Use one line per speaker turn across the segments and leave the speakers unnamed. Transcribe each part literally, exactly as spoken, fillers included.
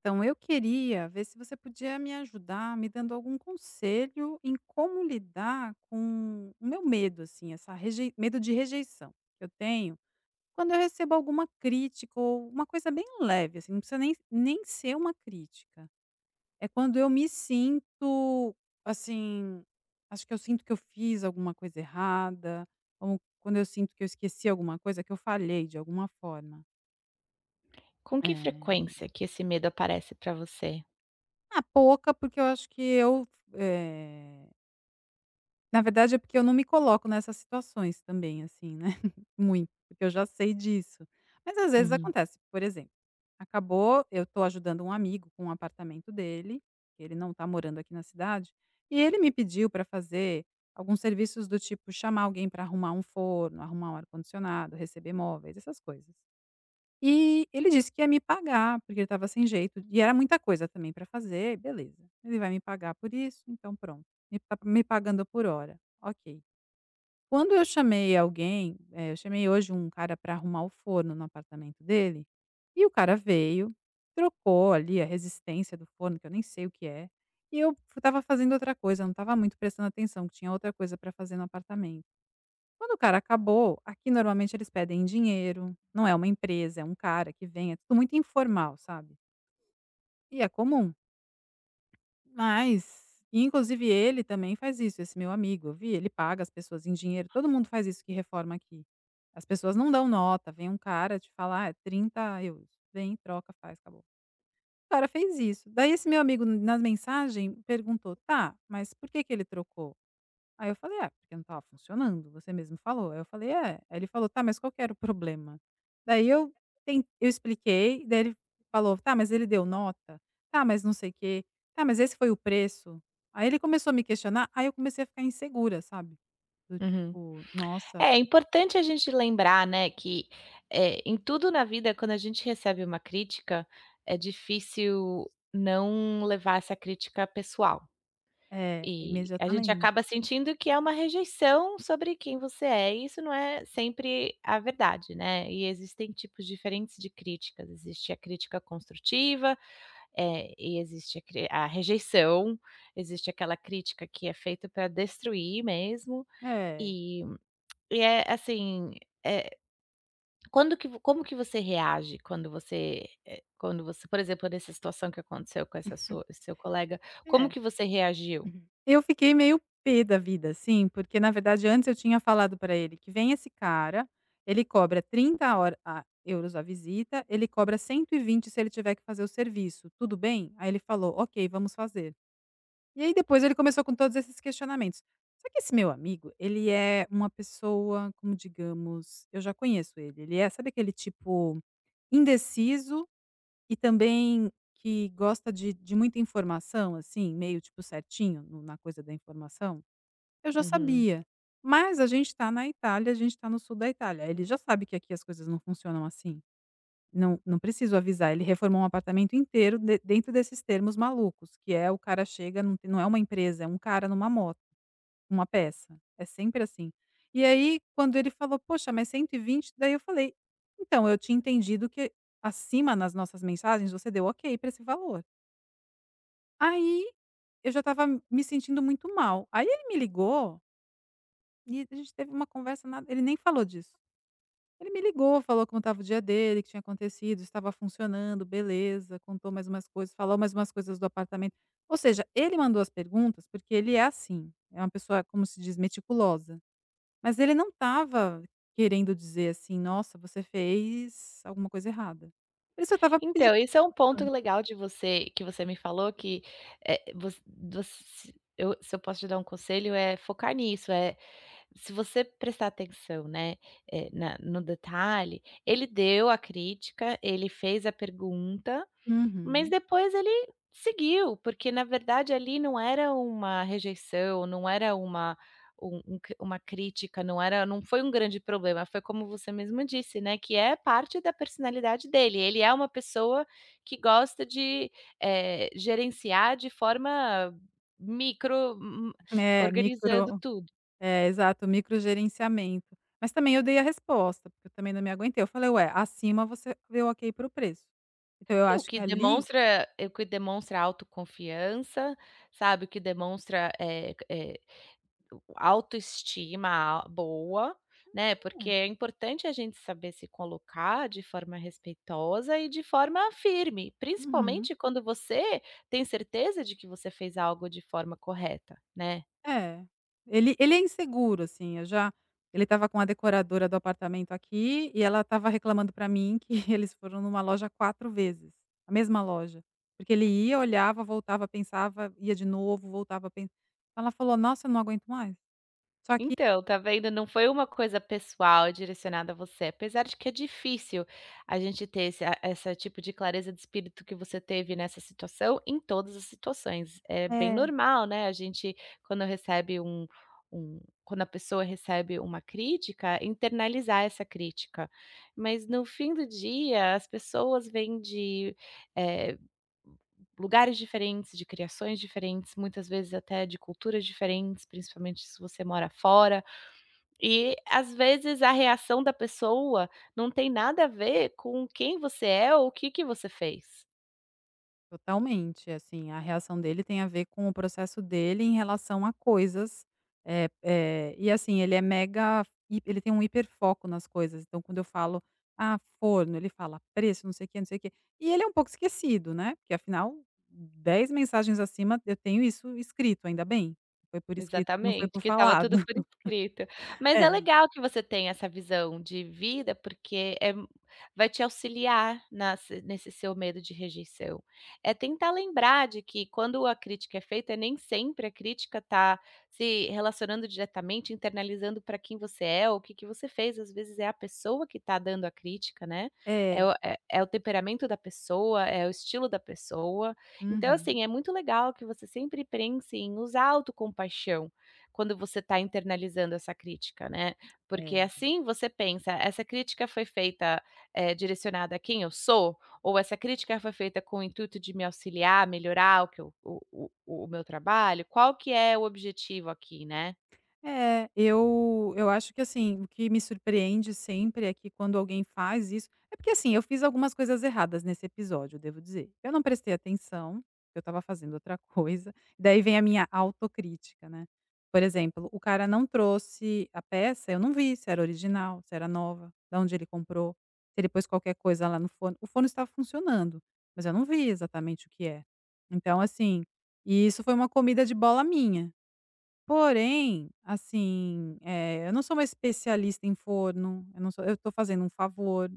Então, eu queria ver se você podia me ajudar, me dando algum conselho em como lidar com o meu medo, assim, essa rejei medo de rejeição que eu tenho quando eu recebo alguma crítica ou uma coisa bem leve, assim, não precisa nem nem ser uma crítica. É quando eu me sinto, assim, acho que eu sinto que eu fiz alguma coisa errada, ou quando eu sinto que eu esqueci alguma coisa, que eu falhei de alguma forma.
Com que
É.
frequência que esse medo aparece para você?
Ah, pouca, porque eu acho que eu, eh na verdade é porque eu não me coloco nessas situações também, assim, né, muito, porque eu já sei disso. Mas às vezes
Uhum,
acontece, por exemplo, acabou eu tô ajudando um amigo com o apartamento dele, que ele não tá morando aqui na cidade, e ele me pediu para fazer alguns serviços do tipo chamar alguém para arrumar um forno, arrumar um ar-condicionado, receber móveis, essas coisas. E ele disse que ia me pagar, porque ele estava sem jeito, e era muita coisa também para fazer, beleza. Ele vai me pagar por isso, então pronto, ele tá me pagando por hora, ok. Quando eu chamei alguém, eh, eu chamei hoje um cara para arrumar o forno no apartamento dele, e o cara veio, trocou ali a resistência do forno, que eu nem sei o que é, e eu estava fazendo outra coisa, eu não estava muito prestando atenção, que tinha outra coisa para fazer no apartamento. Quando o cara acabou, aqui normalmente eles pedem dinheiro, não é uma empresa, é um cara que vem, é tudo muito informal, sabe. E é comum, mas e inclusive ele também faz isso, esse meu amigo, eu vi, ele paga as pessoas em dinheiro, todo mundo faz isso que reforma aqui. As pessoas não dão nota, vem um cara te falar: "Ah, é trinta euros, vem, troca, faz, acabou". O cara fez isso, daí esse meu amigo nas mensagens perguntou: "Tá, mas por que que ele trocou?" Aí eu falei: "É, porque não estava funcionando, você mesmo falou". Aí eu falei: "É". Aí ele falou: "Tá, mas qual que era o problema?". Daí eu ten eu expliquei, daí ele falou: "Tá, mas ele deu nota? Tá, mas não sei o quê. Tá, mas esse foi o preço?". Aí ele começou a me questionar, aí eu comecei a ficar insegura, sabe, do
uhum.
tipo:
É,
"Nossa".
é importante a gente lembrar, né, que, eh, em tudo na vida, quando a gente recebe uma crítica, é difícil não levar essa crítica pessoal.
É,
E a gente
imediatamente.
acaba sentindo que é uma rejeição sobre quem você é, e isso não é sempre a verdade, né. E existem tipos diferentes de críticas, existe a crítica construtiva. É, e existe a cri a rejeição, existe aquela crítica que é feita para destruir mesmo,
É,
e e é assim, eh, quando que vo como que você reage quando você, eh, quando você, por exemplo, nessa situação que aconteceu com essa sua seu colega, como
é.
que você reagiu?
Uhum. Eu fiquei meio pé da vida, assim, porque na verdade antes eu tinha falado para ele que vem esse cara, ele cobra trinta hora a euros a visita, ele cobra cento e vinte se ele tiver que fazer o serviço, tudo bem? Aí ele falou: "Ok, vamos fazer". E aí depois ele começou com todos esses questionamentos. Só que esse meu amigo, ele é uma pessoa, como digamos, eu já conheço ele, ele é sabe aquele tipo indeciso e também que gosta de de muita informação, assim, meio tipo certinho no na coisa da informação, eu já
Uhum.
sabia, mas a gente está na Itália, a gente está no sul da Itália, ele já sabe que aqui as coisas não funcionam assim, não não preciso avisar, ele reformou um apartamento inteiro de dentro desses termos malucos, que é o cara chega, não tem não é uma empresa, é um cara numa moto. Uma peça, é sempre assim. E aí quando ele falou: "Poxa, mas cento e vinte", daí eu falei: "Então, eu tinha entendido que acima nas nossas mensagens você deu ok para esse valor". Aí eu já estava me sentindo muito mal. Aí ele me ligou e a gente teve uma conversa, nada, ele nem falou disso. Ele me ligou, falou como estava o dia dele, que tinha acontecido, estava funcionando, beleza, contou mais umas coisas, falou mais umas coisas do apartamento. Ou seja, ele mandou as perguntas, porque ele é assim, é uma pessoa, como se diz, meticulosa. Mas ele não estava querendo dizer assim: "Nossa, você fez alguma coisa errada". Ele só estava pedindo.
Então, esse é um ponto legal de você, que você me falou que, eh, voc voc eu, se eu posso te dar um conselho, é focar nisso, é. Se você prestar atenção, né, eh, na no detalhe, ele deu a crítica, ele fez a pergunta, mas
Uhum.
depois ele seguiu, porque na verdade ali não era uma rejeição, não era uma um um c uma crítica, não era, não foi um grande problema, foi como você mesmo disse, né, que é parte da personalidade dele. Ele é uma pessoa que gosta de, eh, gerenciar de forma micro, hum,
É,
organizando
micro.
tudo.
É, exato, microgerenciamento. Mas também eu dei a resposta, porque eu também não me aguentei. Eu falei: "Ué, acima você deu ok para o preço". Então eu
É o
acho que
que
ali.
demonstra é o que demonstra autoconfiança, sabe, o que demonstra, eh eh, autoestima a boa, né, porque
É,
é importante a gente saber se colocar de forma respeitosa e de forma firme,
uhum.
principalmente quando você tem certeza de que você fez algo de forma correta, né.
É, ele ele é inseguro, assim, eu já ele estava com a decoradora do apartamento aqui e ela estava reclamando pra mim que eles foram numa loja quatro vezes, a mesma loja, porque ele ia, olhava, voltava, pensava, ia de novo, voltava, pen ela falou: "Nossa, eu não aguento mais". Só que.
Então, tá vendo? Não foi uma coisa pessoal direcionada a você, apesar de que é difícil a gente ter esse a essa tipo de clareza de espírito que você teve nessa situação, em todas as situações. É bem
É.
normal, né, a gente quando recebe um um quando a pessoa recebe uma crítica, internalizar essa crítica. Mas no fim do dia, as pessoas vêm de, eh, lugares diferentes, de criações diferentes, muitas vezes até de culturas diferentes, principalmente se você mora fora. E às vezes a reação da pessoa não tem nada a ver com quem você é ou o que que você fez.
Totalmente, assim, a reação dele tem a ver com o processo dele em relação a coisas, é é e assim, ele é mega, hi ele tem um hiperfoco nas coisas, então quando eu falo: "Ah, forno", ele fala: "Preço", não sei o quê, não sei o quê. E ele é um pouco esquecido, né, porque afinal dez mensagens acima eu tenho isso escrito, ainda bem, foi por escrito, não foi
Exatamente,
por
que estava
falado.
tudo por escrito. Mas é
É,
legal que você tenha essa visão de vida, porque é mu- vai te auxiliar nas nesse seu medo de rejeição. É tentar lembrar de que quando a crítica é feita, nem sempre a crítica está se relacionando diretamente, internalizando para quem você é, ou o que que você fez, às vezes é a pessoa que está dando a crítica, né, é
é,
o é é o temperamento da pessoa, é o estilo da pessoa. Então,
uhum,
assim, é muito legal que você sempre pense em usar a autocompaixão quando você está internalizando essa crítica, né. Porque
é.
assim você pensa: "Essa crítica foi feita, eh, direcionada a quem eu sou? Ou essa crítica foi feita com o intuito de me auxiliar, melhorar o que eu o o o meu trabalho? Qual que é o objetivo aqui, né?"
É, eu eu acho que, assim, o que me surpreende sempre é que quando alguém faz isso é porque, assim, eu fiz algumas coisas erradas nesse episódio, eu devo dizer. Eu não prestei atenção, eu estava fazendo outra coisa, daí vem a minha autocrítica, né. Por exemplo, o cara não trouxe a peça, eu não vi se era original, se era nova, da onde ele comprou, se ele pôs qualquer coisa lá no forno. O forno estava funcionando, mas eu não vi exatamente o que é. Então, assim, e isso foi uma comida de bola minha. Porém, assim, eh, eu não sou uma especialista em forno, eu não sou, eu tô fazendo um favor.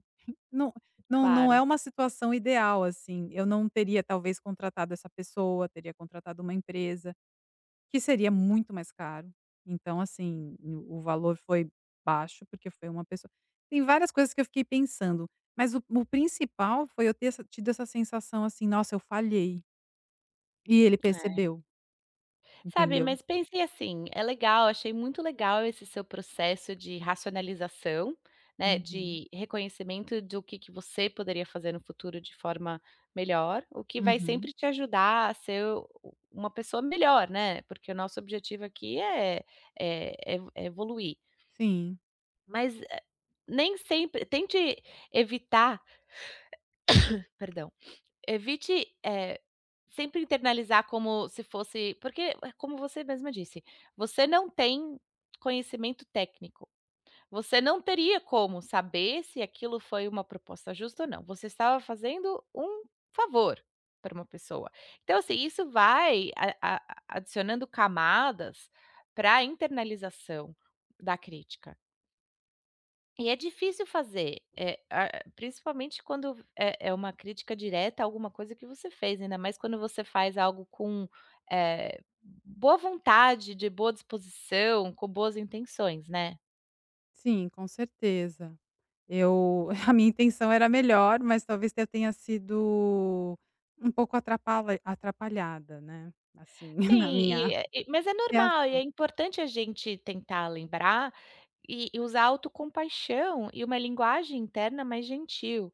Não não não é
Claro,
uma situação ideal, assim, eu não teria talvez contratado essa pessoa, teria contratado uma empresa, que seria muito mais caro. Então, assim, o o valor foi baixo, porque foi uma pessoa, tem várias coisas que eu fiquei pensando, mas o o principal foi eu ter essa tido essa sensação, assim: "Nossa, eu falhei", e ele
é.
percebeu,
Sabe,
entendeu?
mas pensei assim, é legal, achei muito legal esse seu processo de racionalização, né,
Uhum,
de reconhecimento do que que você poderia fazer no futuro de forma melhor, o que vai
uhum,
sempre te ajudar a ser u- uma pessoa melhor, né? Porque o nosso objetivo aqui é, é, é é evoluir.
sim.
Mas eh, nem sempre, tente evitar, perdão, evite, eh, sempre internalizar como se fosse porque, eh, como você mesma disse, você não tem conhecimento técnico. Você não teria como saber se aquilo foi uma proposta justa ou não. Você estava fazendo um favor para uma pessoa. Então, assim, isso vai a a a- adicionando camadas para a internalização da crítica. E é difícil fazer, eh, a principalmente quando é é uma crítica direta a alguma coisa que você fez, ainda mais quando você faz algo com, eh, boa vontade, de boa disposição, com boas intenções, né?
Sim, com certeza. Eu, a minha intenção era melhor, mas talvez eu tenha sido um pouco atrapalha atrapalhada, né, assim, na
Sim, e
minha
é e mas é normal e é
reação.
importante a gente tentar lembrar e e usar autocompaixão e uma linguagem interna mais gentil.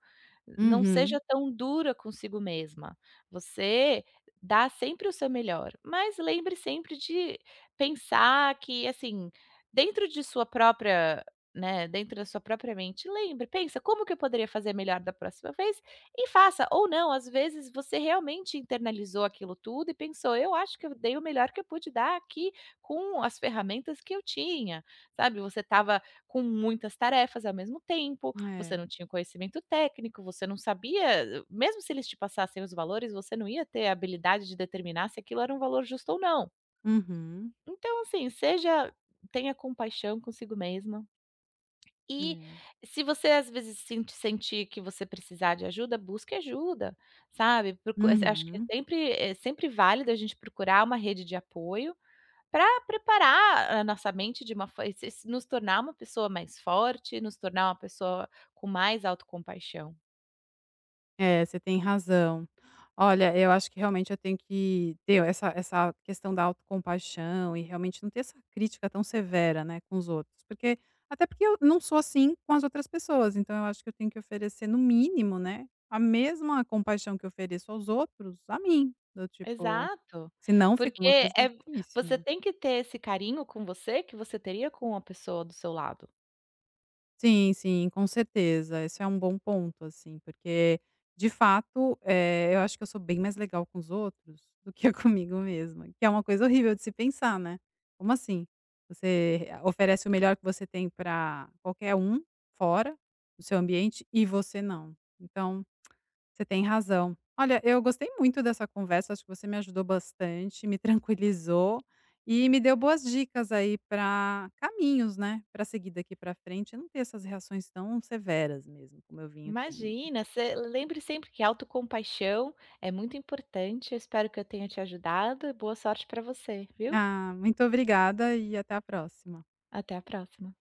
Não seja
Uhum.
tão dura consigo mesma. Você dá sempre o seu melhor, mas lembre sempre de pensar que, assim, dentro de sua própria né, dentro da sua própria mente, lembre, pensa: "Como que eu poderia fazer melhor da próxima vez?" E faça, ou não, às vezes você realmente internalizou aquilo tudo e pensou: "Eu acho que eu dei o melhor que eu pude dar aqui com as ferramentas que eu tinha", sabe. Você estava com muitas tarefas ao mesmo tempo, você
É.
não tinha o conhecimento técnico, você não sabia mesmo se eles te passassem os valores, você não ia ter a habilidade de determinar se aquilo era um valor justo ou não.
Uhum.
Então, assim, seja tenha compaixão consigo mesma. E
É.
se você às vezes sente sentir que você precisar de ajuda, busque ajuda, sabe. Procu eh, acho que
Uhum.
é sempre é sempre válido a gente procurar uma rede de apoio para preparar a nossa mente de uma forma, nos tornar uma pessoa mais forte, nos tornar uma pessoa com mais autocompaixão.
É, você tem razão. Olha, eu acho que realmente eu tenho que ter essa essa questão da autocompaixão e realmente não ter essa crítica tão severa, né, com os outros, porque até porque eu não sou assim com as outras pessoas, então eu acho que eu tenho que oferecer no mínimo, né, a mesma compaixão que eu ofereço aos outros, a mim, do tipo,
Exato,
senão fica
porque
uma coisa
é
difícil,
você
né.
tem que ter esse carinho com você que você teria com uma pessoa do seu lado.
Sim, sim, com certeza. Esse é um bom ponto, assim, porque de fato, eh, eu acho que eu sou bem mais legal com os outros do que comigo mesma, que é uma coisa horrível de se pensar, né. Como assim? Você, eh, oferece o melhor que você tem para qualquer um, fora do seu ambiente, e você não. Então, você tem razão. Olha, eu gostei muito dessa conversa, acho que você me ajudou bastante, me tranquilizou e me deu boas dicas aí para caminhos, né, para seguir daqui para frente, e não ter essas reações tão severas mesmo, como eu vinha tendo.
Imagina, se lembre sempre que autocompaixão é muito importante. Eu espero que eu tenha te ajudado e boa sorte para você, viu?
Ah, muito obrigada e até a próxima.
Até a próxima.